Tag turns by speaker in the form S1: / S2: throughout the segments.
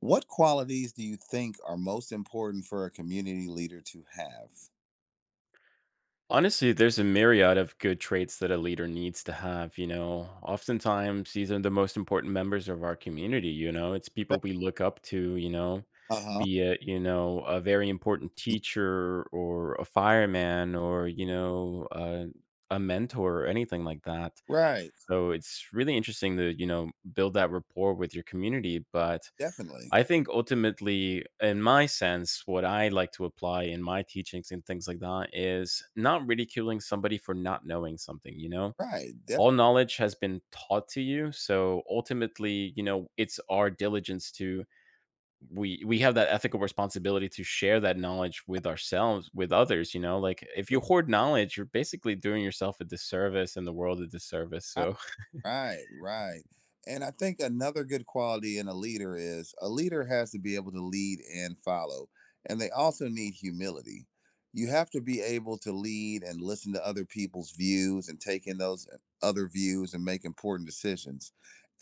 S1: What qualities do you think are most important for a community leader to have?
S2: Honestly, there's a myriad of good traits that a leader needs to have. Oftentimes these are the most important members of our community. It's people we look up to,
S1: Uh huh.
S2: be it, a very important teacher or a fireman or, a mentor or anything like that.
S1: Right.
S2: So it's really interesting to, build that rapport with your community. But
S1: Definitely.
S2: I think ultimately, in my sense, what I like to apply in my teachings and things like that is not ridiculing somebody for not knowing something.
S1: Right. Definitely.
S2: All knowledge has been taught to you. So ultimately, it's our diligence to we have that ethical responsibility to share that knowledge with ourselves with others, like if you hoard knowledge, you're basically doing yourself a disservice and the world a disservice, so
S1: Right, right. And I think another good quality in a leader is a leader has to be able to lead and follow. And they also need humility. You have to be able to lead and listen to other people's views and take in those other views and make important decisions.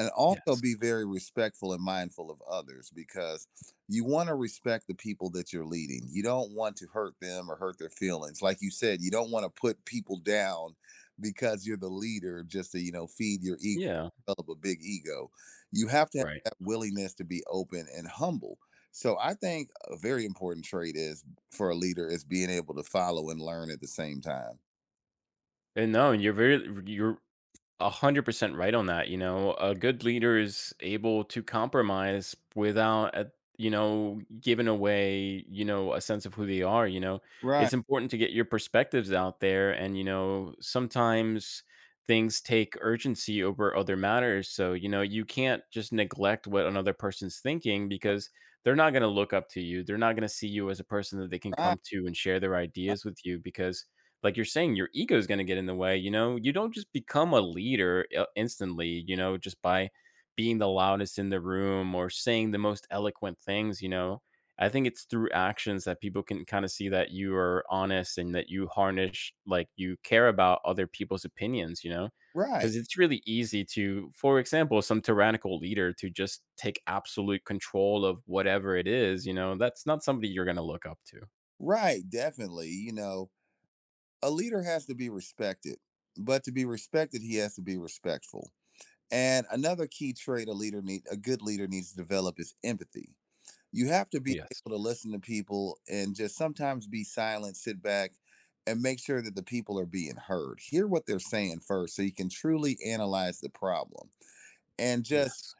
S1: And also
S2: Yes.
S1: be very respectful and mindful of others because you want to respect the people that you're leading. You don't want to hurt them or hurt their feelings. Like you said, you don't want to put people down because you're the leader just to feed your ego,
S2: Yeah.
S1: develop a big ego. You have to have
S2: Right.
S1: that willingness to be open and humble. So I think a very important trait is for a leader is being able to follow and learn at the same time.
S2: And no, and you're 100% right on that. You know, a good leader is able to compromise without, giving away, a sense of who they are. It's
S1: Right.
S2: important to get your perspectives out there, and sometimes things take urgency over other matters. So you can't just neglect what another person's thinking, because they're not going to look up to you. They're not going to see you as a person that they can
S1: Right,
S2: come to and share their ideas with, you because, like you're saying, your ego is going to get in the way. You know, you don't just become a leader instantly, just by being the loudest in the room or saying the most eloquent things. I think it's through actions that people can kind of see that you are honest and that you harness, like, you care about other people's opinions.
S1: right,
S2: Because it's really easy to, for example, some tyrannical leader to just take absolute control of whatever it is, that's not somebody you're going to look up to.
S1: right. Definitely. A leader has to be respected, but to be respected he has to be respectful. And another key trait a leader need a good leader needs to develop is empathy. You have to be
S2: Yes.
S1: able to listen to people and just sometimes be silent, sit back, and make sure that the people are being heard. Hear what they're saying first so you can truly analyze the problem and just
S2: Yes.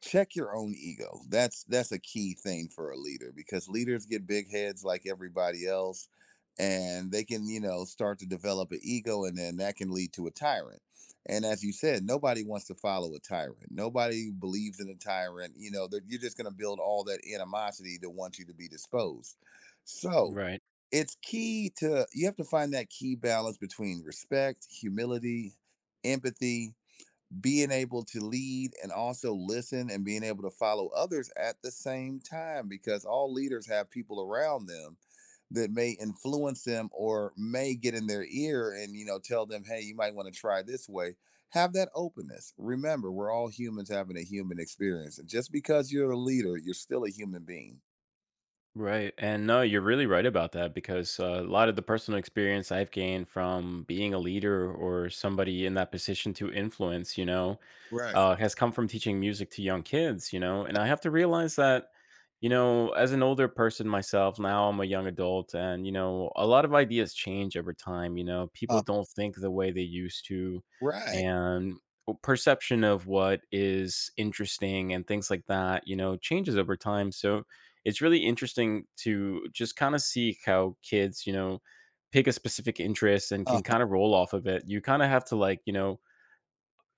S1: check your own ego. That's a key thing for a leader because leaders get big heads like everybody else and they can, start to develop an ego, and then that can lead to a tyrant. And as you said, nobody wants to follow a tyrant, nobody believes in a tyrant. You're just going to build all that animosity that wants you to be disposed. So
S2: Right.
S1: it's key to, you have to find that key balance between respect, humility, empathy, being able to lead and also listen, and being able to follow others at the same time, because all leaders have people around them that may influence them or may get in their ear and, tell them, hey, you might want to try this way. Have that openness. Remember, we're all humans having a human experience, and just because you're a leader, you're still a human being.
S2: Right. And no, you're really right about that, because a lot of the personal experience I've gained from being a leader or somebody in that position to influence,
S1: Right.
S2: has come from teaching music to young kids, and I have to realize that, as an older person myself, now I'm a young adult, and a lot of ideas change over time. You know, people
S1: uh,
S2: don't think the way they used to,
S1: right.
S2: and perception of what is interesting and things like that, changes over time. So it's really interesting to just kind of see how kids, pick a specific interest and
S1: uh,
S2: can kind of roll off of it. You kind of have to, like, you know,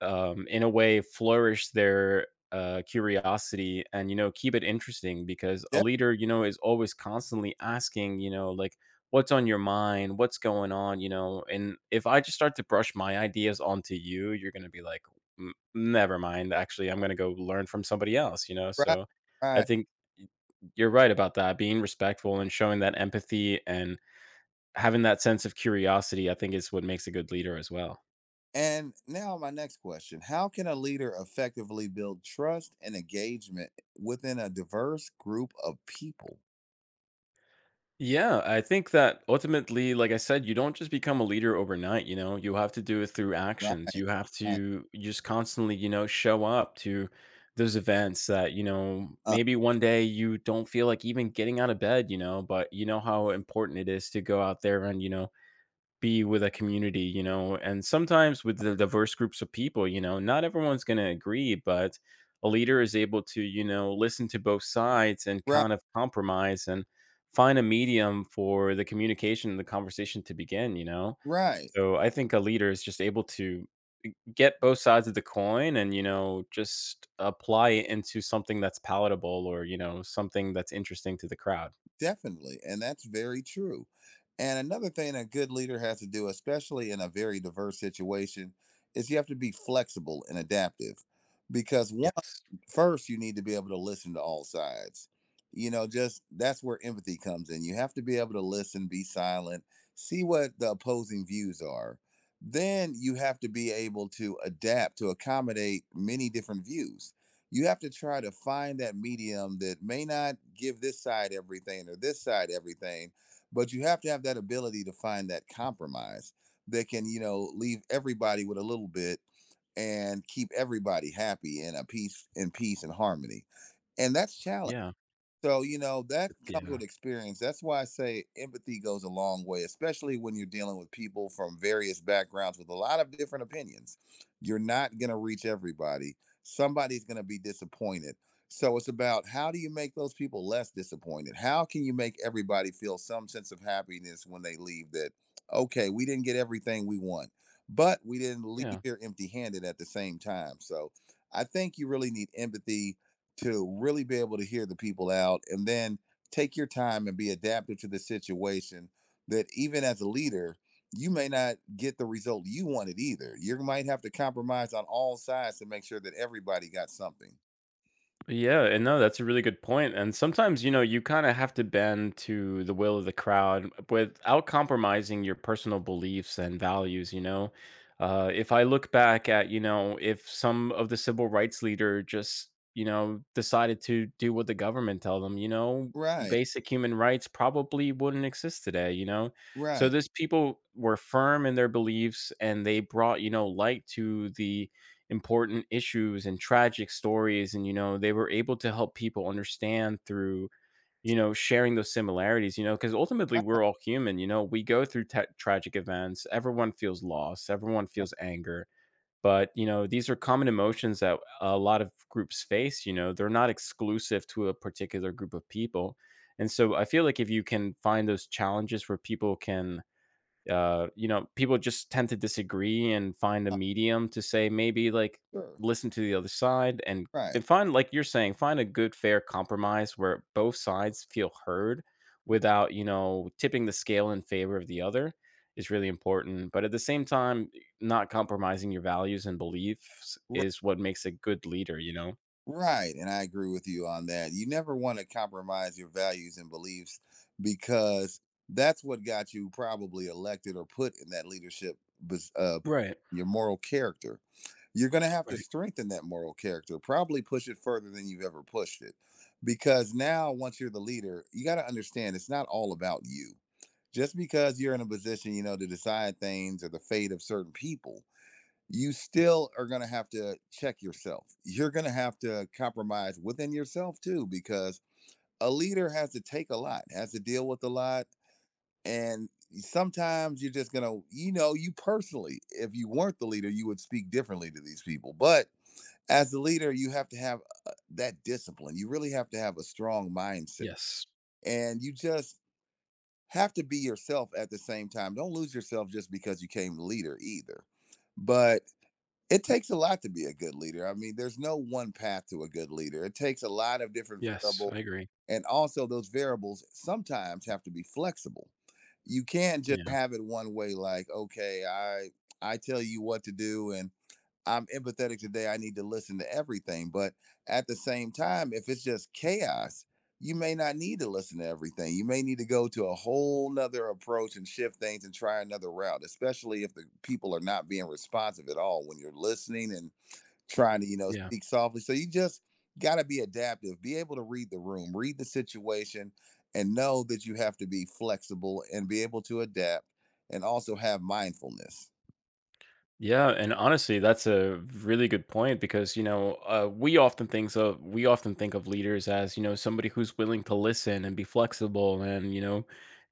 S2: um, in a way, flourish their curiosity and, keep it interesting, because a
S1: that's
S2: leader, is always constantly asking, like, what's on your mind, what's going on, and if I just start to brush my ideas onto you, you're going to be like, "Mm, never mind, actually, I'm going to go learn from somebody else,
S1: right.
S2: so I
S1: Right.
S2: think you're right about that, being respectful and showing that empathy and having that sense of curiosity, I think, is what makes a good leader as well."
S1: And now, my next question, how can a leader effectively build trust and engagement within a diverse group of people?
S2: Yeah, I think that ultimately, like I said, you don't just become a leader overnight. You know, you have to do it through
S1: Right.
S2: actions. You have
S1: Right.
S2: to just constantly, show up to those events that,
S1: Uh,
S2: maybe one day you don't feel like even getting out of bed, but you know how important it is to go out there and, be with a community, and sometimes with the diverse groups of people, not everyone's going to agree, but a leader is able to, listen to both sides and
S1: right.
S2: kind of compromise and find a medium for the communication and the conversation to begin.
S1: Right.
S2: So I think a leader is just able to get both sides of the coin and, just apply it into something that's palatable or, something that's interesting to the crowd.
S1: Definitely. And that's very true. And another thing a good leader has to do, especially in a very diverse situation, is you have to be flexible and adaptive because one,
S2: Yes.
S1: first you need to be able to listen to all sides. You know just That's where empathy comes in. You have to be able to listen, be silent, see what the opposing views are. Then you have to be able to adapt to accommodate many different views. You have to try to find that medium that may not give this side everything or this side everything, but you have to have that ability to find that compromise that can, leave everybody with a little bit, and keep everybody happy and a peace in peace and harmony. And that's challenging.
S2: Yeah.
S1: So, you know, that comes
S2: Yeah.
S1: with experience. That's why I say empathy goes a long way, especially when you're dealing with people from various backgrounds with a lot of different opinions. You're not going to reach everybody. Somebody's going to be disappointed. So, it's about how do you make those people less disappointed? How can you make everybody feel some sense of happiness when they leave that, okay, we didn't get everything we want, but we didn't leave
S2: Yeah.
S1: here empty handed at the same time. So, I think you really need empathy to really be able to hear the people out, and then take your time and be adaptive to the situation, that even as a leader you may not get the result you wanted either. You might have to compromise on all sides to make sure that everybody got something.
S2: Yeah, and no, that's a really good point. And sometimes, you kind of have to bend to the will of the crowd without compromising your personal beliefs and values. If I look back at, if some of the civil rights leader just, decided to do what the government tell them,
S1: Right,
S2: basic human rights probably wouldn't exist today. So
S1: right.
S2: these people were firm in their beliefs, and they brought, light to the important issues and tragic stories, and they were able to help people understand through, sharing those similarities, because ultimately we're all human. We go through ta tragic events. Everyone feels loss, everyone feels anger, but, these are common emotions that a lot of groups face. They're not exclusive to a particular group of people. And so I feel like, if you can find those challenges where people can people just tend to disagree and find a
S1: Uh,
S2: medium to say, maybe, like,
S1: sure.
S2: listen to the other side, and
S1: Right.
S2: and find, like you're saying, find a good, fair compromise where both sides feel heard
S1: r-
S2: without, tipping the scale in favor of the other, is really important. But at the same time, not compromising your values and beliefs
S1: r-
S2: is what makes a good leader.
S1: right, and I agree with you on that. You never want to compromise your values and beliefs, because that's what got you probably elected or put in that leadership pos- uh,
S2: Right.
S1: your moral character. You're going to have to
S2: Right.
S1: strengthen that moral character, probably push it further than you've ever pushed it. Because now, once you're the leader, you got to understand it's not all about you. Just because you're in a position, you know, to decide things or the fate of certain people, you still are going to have to check yourself. You're going to have to compromise within yourself too, because a leader has to take a lot, has to deal with a lot, and sometimes you're just going to, you know, you personally, if you weren't the leader, you would speak differently to these people. But as the leader, you have to have that discipline. You really have to have a strong mindset.
S2: Yes.
S1: And you just have to be yourself at the same time. Don't lose yourself just because you came leader either. But it takes a lot to be a good leader. I mean, there's no one path to a good leader. It takes a lot of different
S2: Yes. I
S1: variables.
S2: agree.
S1: And also, those variables sometimes have to be flexible. You can't just
S2: Yeah.
S1: have it one way, like, okay, I tell you what to do, and I'm empathetic today. I need to listen to everything. But at the same time, if it's just chaos, you may not need to listen to everything. You may need to go to a whole nother approach and shift things and try another route, especially if the people are not being responsive at all when you're listening and trying to, you know,
S2: Yeah.
S1: speak softly. So you just got to be adaptive, be able to read the room, read the situation, and know that you have to be flexible and be able to adapt and also have mindfulness.
S2: Yeah, and honestly, that's a really good point, because we often think of leaders as, somebody who's willing to listen and be flexible and,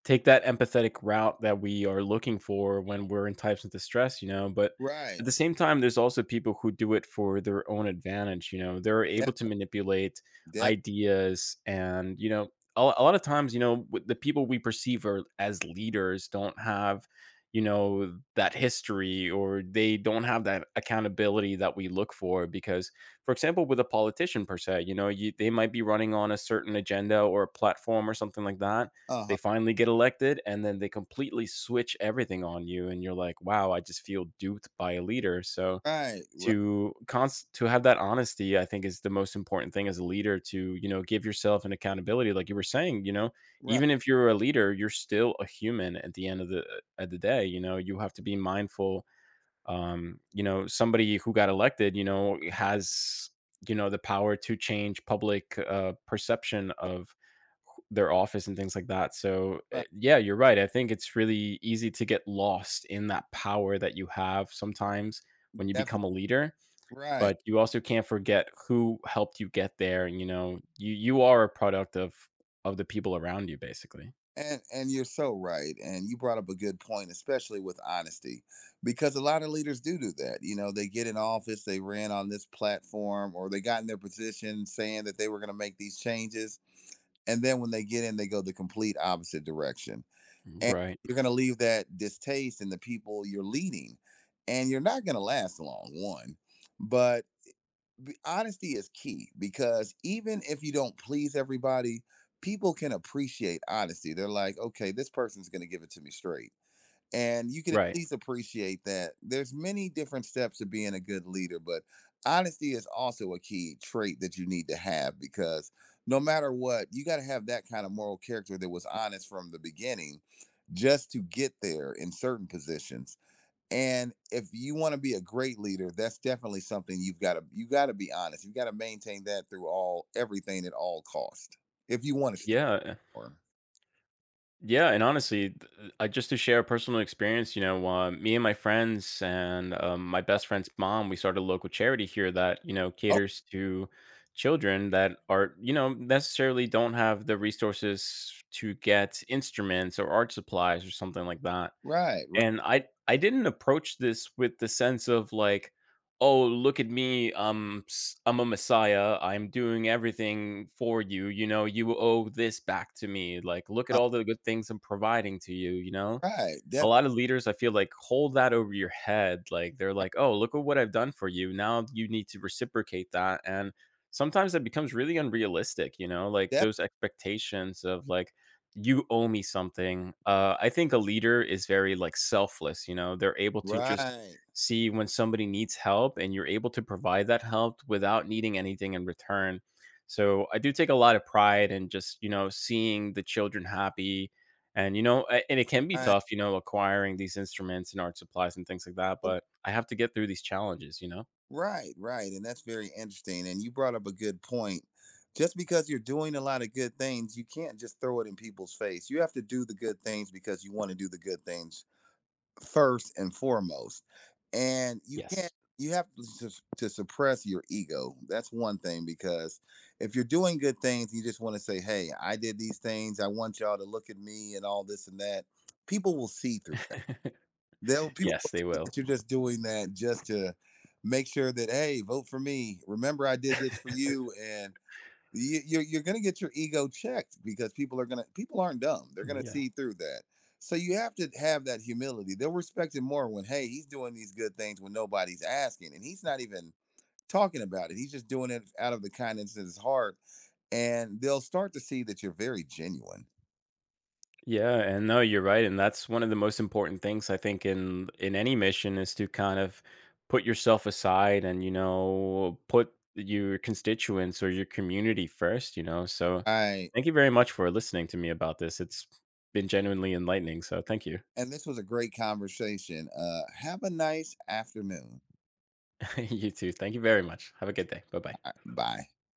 S2: take that empathetic route that we are looking for when we're in types of distress. You know, but
S1: Right.
S2: at the same time, there's also people who do it for their own advantage. You know, they're able
S1: Def,
S2: to manipulate
S1: def,
S2: ideas, and, a lot of times, the people we perceive as leaders don't have, that history, or they don't have that accountability that we look for, because, for example, with a politician per se, they might be running on a certain agenda or a platform or something like that.
S1: uh
S2: They
S1: huh.
S2: finally get elected and then they completely switch everything on you, and you're like, wow, I just feel duped by a leader. So
S1: Right, right,
S2: to have that honesty, I think, is the most important thing as a leader, to, give yourself an accountability, like you were saying,
S1: right,
S2: even if you're a leader, you're still a human at the end of the day, you have to be mindful. You know, somebody who got elected, has, the power to change public perception of their office and things like that. So,
S1: right,
S2: yeah, you're right. I think it's really easy to get lost in that power that you have sometimes when you become
S1: definitely,
S2: a leader.
S1: right,
S2: But you also can't forget who helped you get there, and, you are a product of the people around you, basically.
S1: and you're so right, and you brought up a good point, especially with honesty, because a lot of leaders do do that. You know, they get in office, they ran on this platform, or they got in their position saying that they were going to make these changes, and then when they get in, they go the complete opposite direction, and
S2: Right,
S1: you're going to leave that distaste in the people you're leading, and you're not going to last long. One, but honesty is key because even if you don't please everybody, people can appreciate honesty. They're like, okay, this person's going to give it to me straight. And you can at
S2: right.
S1: least appreciate that there's many different steps to being a good leader, but honesty is also a key trait that you need to have, because no matter what, you got to have that kind of moral character that was honest from the beginning just to get there in certain positions. And if you want to be a great leader, that's definitely something you got to be honest. You got to maintain that through all everything at all cost. If you want to stay.
S2: Yeah,
S1: Or,
S2: yeah, and honestly, th just to share a personal experience, me and my friends and, my best friend's mom, we started a local charity here that,
S1: oh,
S2: caters to children that, are, necessarily don't have the resources to get instruments or art supplies or something like that.
S1: right, right,
S2: And I didn't approach this with the sense of, like, "Oh, look at me. I'm a messiah. I'm doing everything for you. You know, you owe this back to me. Like, look at
S1: uh,
S2: all the good things I'm providing to you, you know?"
S1: right,
S2: A
S1: def,
S2: lot of leaders, I feel like, hold that over your head. Like, they're like, "Oh, look at what I've done for you. Now you need to reciprocate that." And sometimes it becomes really unrealistic, like
S1: def,
S2: those expectations of, like, you owe me something. I think a leader is very, like, selfless, they're able to just
S1: right,
S2: see when somebody needs help, and you're able to provide that help without needing anything in return. So I do take a lot of pride in just, seeing the children happy, and, a and it can be
S1: right,
S2: tough, acquiring these instruments and art supplies and things like that,
S1: oh,
S2: but I have to get through these challenges.
S1: right, right. And that's very interesting. And you brought up a good point. Just because you're doing a lot of good things, you can't just throw it in people's face. You have to do the good things because you want to do the good things, first and foremost. And you can't
S2: Yes.
S1: you have to, sus- to suppress your ego. That's one thing, because if you're doing good things, you just want to say, "Hey, I did these things. I want y'all to look at me and all this and that." People will see through. They'll people
S2: Yes, they
S1: think
S2: will.
S1: that you're just doing that just to make sure that, hey, vote for me. Remember, I did this for you, and you're going to get your ego checked, because people aren't dumb. They're going to
S2: Yeah.
S1: see through that. So you have to have that humility. They'll respect it more when, hey, he's doing these good things when nobody's asking and he's not even talking about it. He's just doing it out of the kindness of his heart, and they'll start to see that you're very genuine.
S2: Yeah, and no, you're right, and that's one of the most important things I think in any mission, is to kind of put yourself aside and, put your constituents or your community first. So,
S1: I,
S2: thank you very much for listening to me about this. It's been genuinely enlightening, so thank you.
S1: and this was a great conversation. Have a nice afternoon.
S2: You too. Thank you very much. Have a good day. Bye-bye.
S1: All right, bye.